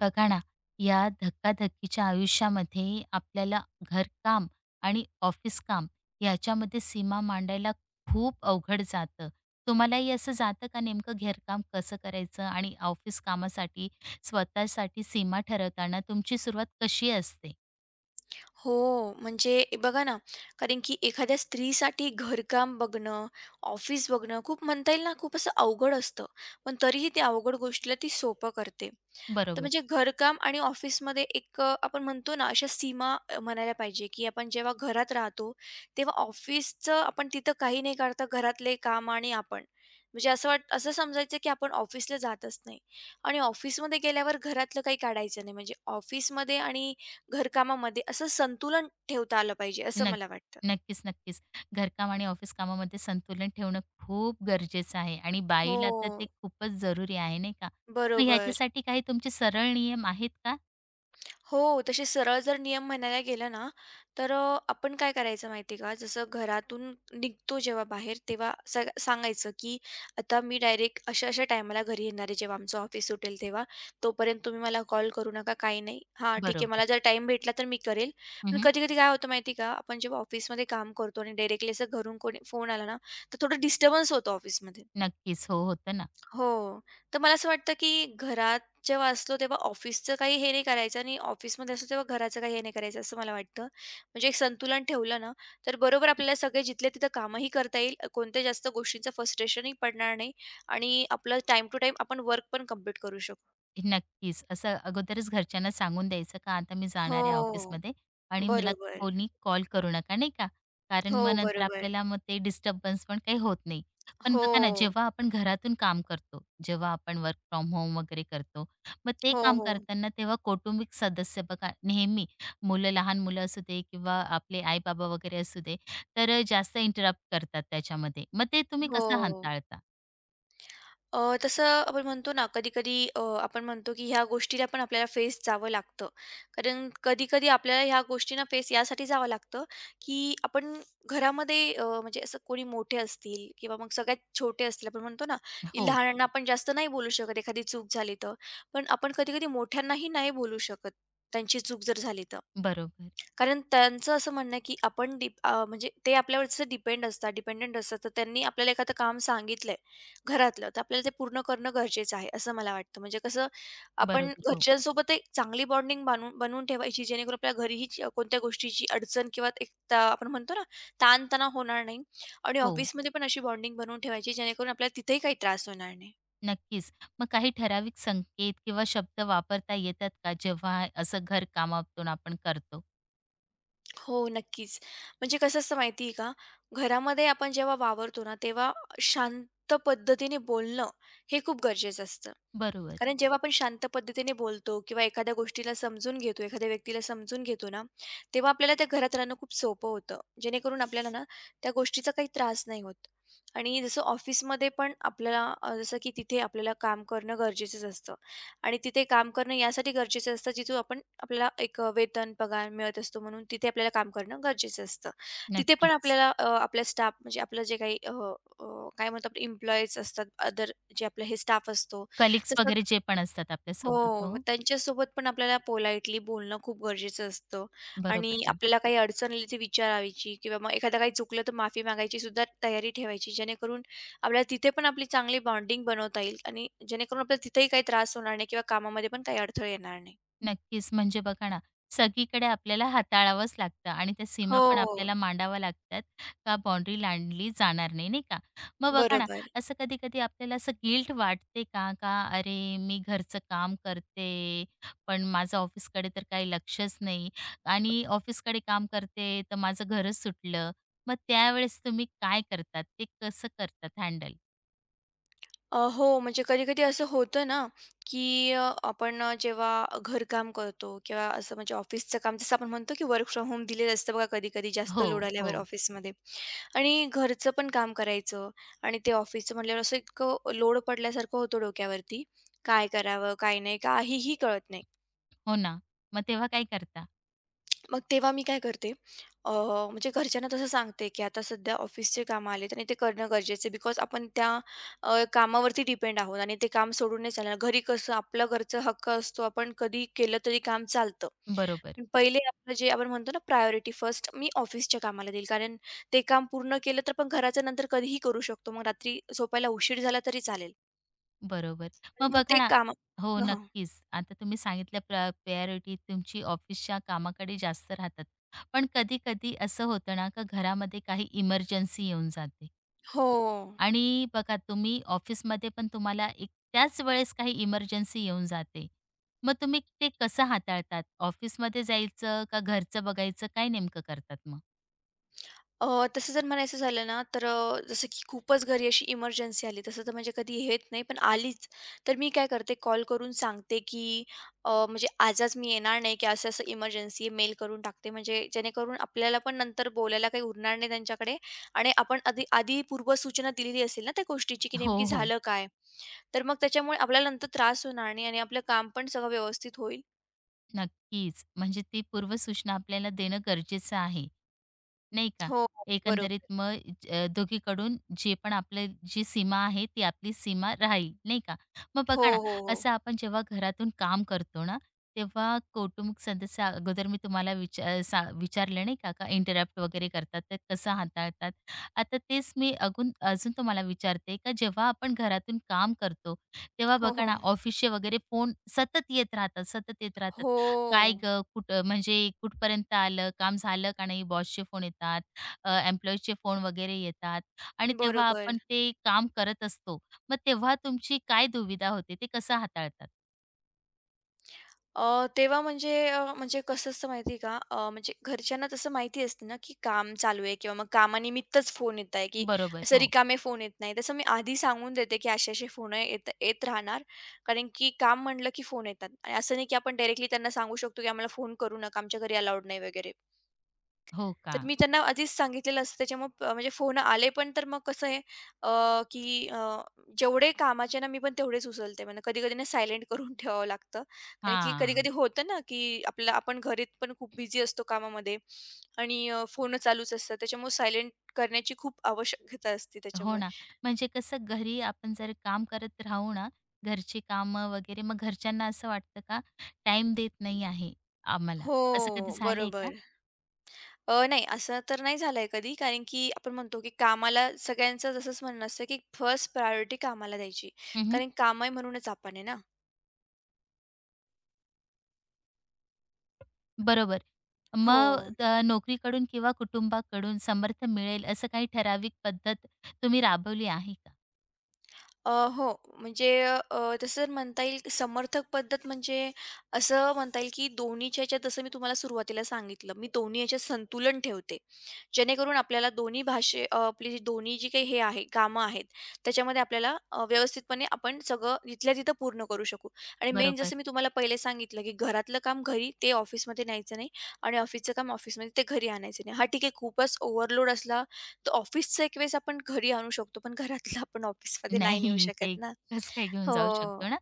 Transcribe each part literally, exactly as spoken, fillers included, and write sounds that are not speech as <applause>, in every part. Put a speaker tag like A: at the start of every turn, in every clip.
A: बघा ना, या धकाधकीच्या आयुष्यामध्ये आपल्याला घरकाम आणि ऑफिस काम याच्यामध्ये सीमा मांडायला खूप अवघड जातं. तुम्हालाही असं जातं का नेमकं घरकाम कसं करायचं आणि ऑफिस कामासाठी स्वतःसाठी सीमा ठरवताना तुमची सुरुवात कशी असते?
B: हो, म्हणजे बघा ना, कारण की एखाद्या स्त्रीसाठी घरकाम बघणं, ऑफिस बघणं खूप म्हणता येईल ना, खूप असं अवघड असतं. पण तरीही त्या अवघड गोष्टीला ती सोपं करते. तर
A: बरोबर.
B: म्हणजे घरकाम आणि ऑफिसमध्ये एक अ, आपण म्हणतो ना, अशा सीमा अ, म्हणायला पाहिजे, की आपण जेव्हा घरात राहतो, तेव्हा ऑफिसचं आपण तिथं काही नाही करता घरातले काम आणि आपण. म्हणजे असं वाट असं समजायचं, की आपण ऑफिसला जातच नाही आणि ऑफिसमध्ये गेल्यावर घरातलं काही काढायचं नाही. म्हणजे ऑफिसमध्ये आणि घरकामामध्ये असं संतुलन ठेवता आलं पाहिजे, असं
A: नक्क
B: मला वाटतं.
A: नक्कीच, नक्कीच. घरकाम आणि ऑफिस कामामध्ये संतुलन ठेवणं खूप गरजेचं आहे आणि
B: हो.
A: बाईला तर ते खूपच जरुरी आहे, नाही का? मग
B: बरोबर.
A: ह्याच्यासाठी काही तुमचे सरळ नियम आहेत का?
B: हो, तसे सरळ जर नियम म्हणायला गेलं ना, तर अ, आपण काय करायचं माहिती का, जसं घरातून निघतो जेव्हा बाहेर, तेव्हा स सांगायचं, की आता मी डायरेक्ट अशा-अशा टायमाला घरी येणार आहे, जेव्हा आमचं ऑफिस सुटेल तेव्हा. तोपर्यंत तुम्ही मला कॉल करू नका, काही नाही. हां, ठीक आहे,
A: बरोबर.
B: मला जर टाईम भेटला तर मी करेल. पण
A: हं,
B: कधी-कधी काय होतं माहिती का, आपण जेव्हा ऑफिसमध्ये काम करतो आणि डायरेक्टली असं घरून कोणी फोन आला ना, तर थोडं डिस्टर्बन्स होतो ऑफिसमध्ये.
A: नक्कीच. हो, होतं ना.
B: हो. तर मला असं वाटतं, की घरात जेव्हा असलो तेव्हा ऑफिसचं काही हे नाही करायचं आणि ऑफिसमध्ये असतो तेव्हा घराचं काही हे नाही करायचं असं मला वाटतं. म्हणजे एक संतुलन ठेवलं ना, तर बरोबर आपल्याला सगळे जिथल्या तिथं कामही करता येईल. अ, कोणत्या जास्त गोष्टींचं फ्रस्ट्रेशनही पडणार नाही आणि आपलं टाईम टू टाईम आपण वर्क पण कंप्लीट करू शकू.
A: नक्कीच. असं अगोदरच घरच्यांना सांगून द्यायचं का आता मी
B: हो.
A: जाणार आहे ऑफिसमध्ये आणि मला
B: बरोबर.
A: कोणी कॉल करू नका, नाही का?
B: हो,
A: कारण मग नंतर
B: बरोबर.
A: आपल्याला मग ते डिस्टर्बन्स पण काही होत नाही. पण
B: हो.
A: बघा ना, जेव्हा आपण घरातून काम करतो, जेव्हा आपण वर्क फ्रॉम होम वगैरे करतो, मग ते
B: हो,
A: काम
B: हो.
A: करताना तेव्हा कौटुंबिक सदस्य बघा नेहमी मुलं, लहान मुलं असू दे किंवा आपले आई-बाबा वगैरे असू दे, तर जास्त इंटरप्ट करतात त्याच्यामध्ये. मग ते तुम्ही कसं
B: हो.
A: हाताळता?
B: अ, तसं आपण म्हणतो ना कधी-कधी अ, आपण म्हणतो की ह्या गोष्टीला पण आपल्याला फेस जावं लागतं. कारण कधी-कधी आपल्याला ह्या गोष्टींना फेस यासाठी जावं लागतं, की आपण घरामध्ये अ, म्हणजे असं कोणी मोठे असतील किंवा मग सगळ्यात छोटे असतील आपण म्हणतो ना, की
A: हो,
B: लहानांना आपण जास्त नाही बोलू शकत एखादी चूक झाली तर. पण आपण कधी-कधी मोठ्यांनाही नाही बोलू शकत त्यांची चूक जर झाली तर.
A: बरोबर.
B: कारण त्यांचं असं म्हणणं आहे, की आपण डिप अ, म्हणजे ते आपल्यावर जसं डिपेंड असतात, डिपेंडंट असतात. तर त्यांनी आपल्याला एखादं काम सांगितलंय घरातलं, तर आपल्याला ते पूर्ण करणं गरजेचं आहे, असं मला वाटतं. म्हणजे कसं आपण
A: बरोबर. हो.
B: घरच्यांसोबत एक चांगली बॉन्डिंग बांधून बनवून ठेवायची, जेणेकरून आपल्या घरीही ज कोणत्या गोष्टीची अडचण किंवा एक त आपण म्हणतो ना, ताणतणाव होणार नाही आणि
A: हो.
B: ऑफिसमध्ये पण अशी बॉन्डिंग बनवून ठेवायची, जेणेकरून आपल्याला तिथेही काही त्रास होणार नाही.
A: नक्कीच. मग काही ठराविक संकेत किंवा शब्द वापरता येतात का जेव्हा असं घरकामातून आपण करतो?
B: हो, नक्कीच. म्हणजे कसं असतं माहिती आहे का, घरामध्ये आपण जेव्हा वावरतो ना, तेव्हा शांत पद्धतीने बोलणं हे खूप गरजेचं असतं.
A: बरोबर.
B: कारण जेव्हा आपण शांत पद्धतीने बोलतो किंवा एखाद्या गोष्टीला समजून घेतो, एखाद्या व्यक्तीला समजून घेतो ना, तेव्हा आपल्याला त्या घरात राहणं खूप सोपं होतं. जेणेकरून आपल्याला ना, त्या गोष्टीचा काही त्रास नाही होत. आणि जसं ऑफिसमध्ये पण आपल्याला अ, जसं की तिथे आपल्याला काम करणं गरजेचंच असतं. आणि तिथे काम करणं यासाठी गरजेचं असतं, जिथून आपण आपल्याला एक अ, वेतन, पगार मिळत असतो म्हणून तिथे आपल्याला काम करणं गरजेचं असतं. तिथे पण
A: नक्कीच.
B: आपल्याला अ, आपला स्टाफ म्हणजे आपलं जे काही अ, अ, काय म्हणतो आपण एम्प्लॉईज असतात, अदर जे आपलं हे स्टाफ असतो,
A: कलीग्स
B: तसं
A: वगैरे जे पण असतात आपल्यासोबत.
B: हो, मग
A: हो.
B: त्यांच्यासोबत पण आपल्याला पोलाइटली बोलणं खूप गरजेचं असतं आणि
A: बरोबर
B: नक्कीच.
A: ना.
B: आपल्याला काही अडचण आली ती विचारायची किंवा मग एखादा काही चुकलं तर माफी मागायची सुद्धा तयारी ठेवायची. जेणेकरून आपल्याला तिथे पण आपली चांगली बॉन्डिंग बनवता येईल आणि जेणेकरून आपल्याला तिथेही काही त्रास होणार नाही किंवा कामामध्ये पण काही अडथळे येणार नाही.
A: नक्कीच. म्हणजे बघा ना, सगळीकडे आपल्याला हाताळावंच लागतं आणि त्या सीमा
B: हो,
A: पण आपल्याला मांडाव्या लागतात, का बाउंडरी लांडली जाणार नाही, नाही का? मग बघा ना,
B: बरोबर.
A: असं कधी-कधी आपल्याला असं गिल्ट वाटते का, का अरे, मी घरचं काम करते, पण माझं ऑफिसकडे तर काही लक्षच नाही आणि ऑफिसकडे काम करते, तर माझं घरच सुटलं. मग त्यावेळेस तुम्ही काय करतात? ते कसं करतात हँडल?
B: अ, हो, म्हणजे कधी-कधी असं होतं ना, की अ, आपण अ, जेव्हा घरकाम करतो किंवा असं म्हणजे ऑफिसचं काम जसं आपण म्हणतो की वर्क फ्रॉम होम दिलेलं असतं बघा कधी-कधी जास्त
A: हो,
B: लोड
A: हो.
B: आल्यावर ऑफिसमध्ये. आणि घरचं पण काम करायचं आणि ते ऑफिसचं म्हटल्यावर असं इतकं लोड पडल्यासारखं होतं डोक्यावरती. काय करावं? काय नाही? काहीही कळत नाही.
A: हो ना. मग तेव्हा काय करता?
B: मग तेव्हा मी काय करते अ, म्हणजे घरच्यांना तसं सांगते, की आता सध्या ऑफिसचे काम आलेत आणि ते करणं गरजेचं आहे. बिकॉज आपण त्या अ, कामावरती डिपेंड आहोत आणि ते काम सोडून नाही चालणार. घरी कसं आपलं घरचा हक्क असतो, आपण कधी केलं तरी काम चालतं.
A: बरोबर.
B: पण पहिले आपलं जे आपण म्हणतो ना प्रायोरिटी फर्स्ट मी ऑफिसच्या कामाला देईल. कारण ते काम पूर्ण केलं तर पण घराचं नंतर कधीही करू शकतो. मग रात्री झोपायला उशीर झाला तरी चालेल.
A: बरोबर. मग
B: मग ते
A: बघा ना
B: काम
A: हो,
B: हां,
A: नक्कीच. आता तुम्ही सांगितलं प्रा प्रायोरिटी तुमची ऑफिसच्या कामाकडे जास्त राहतात. पण कधी-कधी असं होतं ना, का घरामध्ये काही इमर्जन्सी येऊन जाते
B: हो.
A: आणि बघा तुम्ही ऑफिसमध्ये पण तुम्हाला एक त्याच वेळेस काही इमर्जन्सी येऊन जाते. मग तुम्ही ते कसं हाताळतात? ऑफिसमध्ये जायचं का घरचं बघायचं? काय नेमकं करतात मग?
B: अ, तसं जर म्हणायचं झालं ना, तर अ, जसं की खूपच घरी अशी इमर्जन्सी आली, तसं तर म्हणजे कधी येत नाही, पण आलीच, तर मी काय करते कॉल करून सांगते, की अ, म्हणजे आज मी येणार नाही, की असं-असं इमर्जन्सी आहे. मेल करून टाकते, म्हणजे जेणेकरून आपल्याला पण नंतर बोलायला काही उरणार नाही त्यांच्याकडे आणि आपण आधी आधी पूर्वसूचना दिलेली असेल ना त्या गोष्टीची, की
A: हो,
B: नेमकी
A: हो.
B: झालं काय? तर मग त्याच्यामुळे आपल्याला नंतर त्रास होणार नाही आणि आपलं काम पण सगळं व्यवस्थित होईल.
A: नक्कीच. म्हणजे ती पूर्वसूचना आपल्याला देणं गरजेचं आहे. नाही का?
B: हो,
A: एकंदरीत
B: बरोबर.
A: मग अ, दोघीकडून जे पण आपली जी सीमा आहे, ती आपली सीमा राहील, नाही का? मग
B: हो,
A: बघा ना,
B: हो, हो.
A: असं आपण जेव्हा घरातून काम करतो ना, तेव्हा कौटुंबिक सदस्य अगोदर मी तुम्हाला विचार सा विचारलं नाही का, का इंटरप्ट वगैरे करतात, तर कसं हाताळतात? आता तेच मी अगून अजून तुम्हाला विचारते, का जेव्हा आपण घरातून काम करतो, तेव्हा
B: हो,
A: बघा ना,
B: हो.
A: ऑफिसचे वगैरे फोन सतत येत राहतात, सतत येत राहतात.
B: हो.
A: काय गं? कुठं म्हणजे कुठपर्यंत आलं? काम झालं का नाही? बॉसचे फोन येतात, अ, एम्प्लॉईजचे फोन वगैरे येतात आणि तेव्हा
B: बरोबर.
A: आपण ते काम करत असतो. मग तेव्हा तुमची काय दुविधा होते? ते कसं हाताळतात?
B: अ, तेव्हा म्हणजे अ, म्हणजे कसं असतं माहिती आहे का? अ, म्हणजे घरच्यांना तसं माहिती असतं ना, की काम चालू आहे किंवा मग कामानिमित्तच फोन येत आहे, की
A: बरोबर.
B: असं
A: हो.
B: रिकामे फोन येत नाही. तसं मी आधी सांगून देते, की असे-असे फोन येत येत राहणार. कारण की काम म्हटलं की फोन येतात आणि असं नाही की आपण डायरेक्टली त्यांना सांगू शकतो, की आम्हाला फोन करू नका, आमच्या घरी अलाऊड नाही वगैरे.
A: हो
B: तर
A: का?
B: मी त्यांना आधीच सांगितलेलं असतं त्याच्यामुळे अ, म्हणजे फोन आले पण तर मग कसं आहे अ, की अ, जेवढे कामाचे ना मी पण तेवढेच उचलते म्हणा कधी-कधी ना सायलेंट करून <laughs> ठेवावं लागतं. कारण की
A: हां.
B: कधी-कधी होतं ना, की आपल्याला आपण घरीत पण खूप बिझी असतो कामामध्ये आणि अ, फोन चालूच असतात त्याच्यामुळे सायलेंट करण्याची खूप आवश्यकता असते
A: हो
B: त्याच्यामुळे.
A: ना. म्हणजे कसं घरी आपण जर काम करत राहू ना, घरची कामं वगैरे, मग घरच्यांना असं वाटतं का टाईम देत नाही आहे आम्हाला. असं कधी
B: हो,
A: झालंय का?
B: बरोबर. अ, नाही असं तर नाही झालंय कधी कारण की आपण म्हणतो की कामाला सगळ्यांचं जसंच म्हणणं असतं की फर्स्ट प्रायोरिटी कामाला द्यायची. कारण काम आहे म्हणूनच आपण आहे ना.
A: बरोबर.
B: हो.
A: मग अ, नोकरीकडून किंवा कुटुंबाकडून समर्थन मिळेल असं काही ठराविक पद्धत तुम्ही राबवली आहे का?
B: अ, हो. म्हणजे अ, तसं जर म्हणता येईल समर्थक पद्धत म्हणजे असं म्हणता येईल, की दोन्हीच्या ह्याच्यात जसं मी तुम्हाला सुरुवातीला सांगितलं, मी दोन्ही ह्याच्यात संतुलन ठेवते. जेणेकरून आपल्याला दोन्ही भाषे अ, आपली जी दोन्ही जी काही हे आहे कामं आहेत त्याच्यामध्ये आपल्याला अ, व्यवस्थितपणे आपण सगळं तिथल्या तिथं पूर्ण करू शकू आणि मेन
A: बरोबर.
B: जसं मी तुम्हाला पहिले सांगितलं की घरातलं काम घरी ते ऑफिसमध्ये न्यायचं नाही आणि ऑफिसचं काम ऑफिसमध्ये ते घरी आणायचं नाही हा ठीक आहे खूपच ओव्हरलोड असला तर ऑफिसचं एक वेळेस आपण घरी आणू शकतो पण घरातलं आपण ऑफिसमध्ये नाही नेऊ
A: नाही,
B: शकत
A: ते
B: ना
A: कसं काय घेऊन जाऊ
B: हो
A: शकतो ना?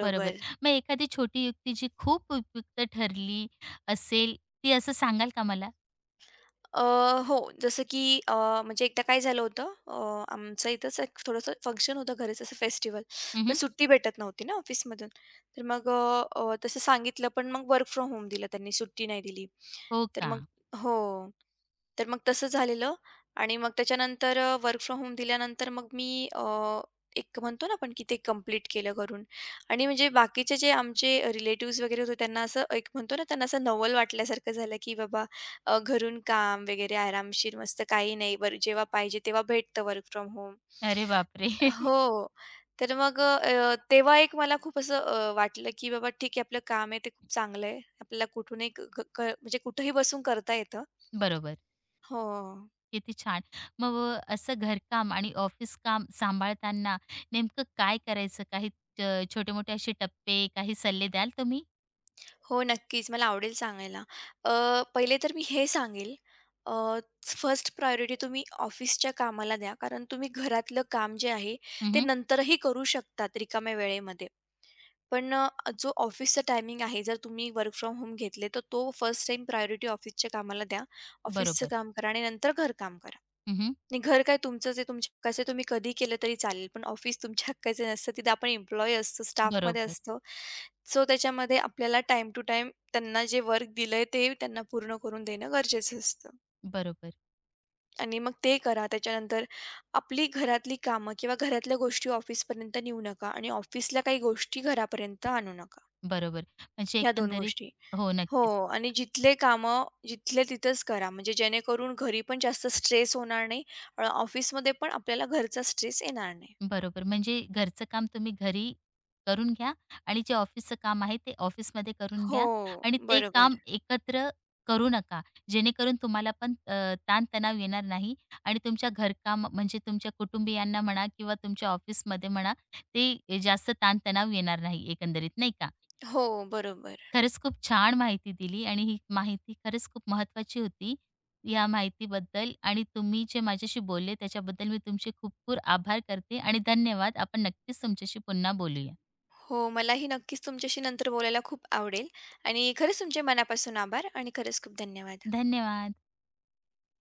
A: बरोबर. मग एखादी छोटी युक्ती जी खूप उपयुक्त ठरली असेल, ती असं सांगाल का मला?
B: अ, हो, जसं की अ, म्हणजे एकदा काय झालं होतं, अ, आमचं इथंच एक थोडंसं फंक्शन होतं घरीच असं फेस्टिव्हल. पण
A: हं,
B: सुट्टी भेटत नव्हती ना ऑफिसमधून. तर मग अ, अ, तसं सांगितलं पण मग वर्क फ्रॉम होम दिलं त्यांनी, सुट्टी नाही दिली.
A: हो
B: तर
A: का?
B: मग हो. तर मग तसं झालेलं आणि मग त्याच्यानंतर वर्क फ्रॉम होम दिल्यानंतर मग मी अ, एक म्हणतो ना आपण की ते कंप्लीट केलं घरून आणि म्हणजे बाकीचे जे आमचे रिलेटिव्हज वगैरे होते त्यांना असं एक म्हणतो ना त्यांना असं नवल वाटल्यासारखं झालं की बाबा अ, घरून काम वगैरे आरामशीर मस्त काही नाही. बरं जेव्हा पाहिजे तेव्हा भेटतं वर्क फ्रॉम होम.
A: अरे बापरे! <laughs>
B: हो. तर मग अ, तेव्हा एक मला खूप असं अ, वाटलं, की बाबा ठीक आहे आपलं काम आहे ते खूप चांगलं आहे. आपल्याला कुठूनही क क क म्हणजे कुठेही बसून करता येतं.
A: बरोबर.
B: हो.
A: किती छान. मग असं घरकाम आणि ऑफिस काम सांभाळताना नेमकं काय करायचं? काही छोटे-मोठे असे टप्पे, काही सल्ले द्याल तुम्ही?
B: हो, नक्कीच. मला आवडेल सांगायला. अ, पहिले तर मी हे सांगेल, फर्स्ट प्रायोरिटी तुम्ही ऑफिसच्या कामाला द्या. कारण तुम्ही घरातलं काम जे आहे, ते
A: हं,
B: नंतरही करू शकतात रिकाम्या वेळेमध्ये. पण अ, जो ऑफिसचा टायमिंग आहे, जर तुम्ही वर्क फ्रॉम होम घेतले, तर तो फर्स्ट टाईम प्रायोरिटी ऑफिसच्या कामाला द्या. ऑफिसचं
A: बरोबर.
B: काम करा आणि नंतर घरकाम करा.
A: हं, हं.
B: नाही घर काय तुमचंच आहे, तुमच्या हक्काचं आहे, तुम्ही कधी केलं तरी चालेल. पण ऑफिस तुमच्या <laughs> हक्काचं नसतं. तिथे आपण एम्प्लॉयी असतो, स्टाफमध्ये
A: बरोबर,
B: असतो. सो त्याच्यामध्ये आपल्याला टाइम टू टाइम त्यांना जे वर्क दिलंय ते त्यांना पूर्ण करून देणं गरजेचं असतं.
A: बरोबर,
B: आणि मग ते करा. त्याच्यानंतर आपली घरातली कामं किंवा घरातल्या गोष्टी ऑफिसपर्यंत नेऊ नका आणि ऑफिसला काही गोष्टी घरापर्यंत आणू नका.
A: बरोबर. म्हणजे
B: ह्या दोन
A: एकंदरीत
B: गोष्टी.
A: हो,
B: हो
A: नक्कीच.
B: आणि जिथले कामं जिथले तिथेच करा. म्हणजे जेणेकरून घरी पण जास्त स्ट्रेस होणार नाही. अ, ऑफिसमध्ये पण आपल्याला घरचा स्ट्रेस येणार नाही.
A: बरोबर. म्हणजे घरचं काम तुम्ही घरी करून घ्या आणि जे ऑफिसचं काम आहे ते ऑफिसमध्ये करून
B: हो,
A: घ्या आणि ते काम
B: बरोबर.
A: एकत्र करू नका. जेणेकरून तुम्हाला पण अ, ताणतणाव येणार नाही आणि तुमच्या घरकाम म्हणजे तुमच्या कुटुंबियांना म्हणा किंवा तुमच्या ऑफिसमध्ये म्हणा, ते जास्त ताणतणाव येणार नाही एकंदरीत, नाही का?
B: हो, बरोबर.
A: खरंच खूप छान माहिती दिली आणि ही माहिती खरंच खूप महत्त्वाची होती. या माहितीबद्दल आणि तुम्ही जे माझ्याशी बोलले त्याच्याबद्दल मी तुमचे खूप खूप आभार करते आणि धन्यवाद. आपण नक्कीच तुमच्याशी पुन्हा बोलूया.
B: हो, मलाही नक्कीच तुमच्याशी नंतर बोलायला खूप आवडेल आणि खरंच तुमचे मनापासून आभार आणि खरंच खूप धन्यवाद.
A: धन्यवाद.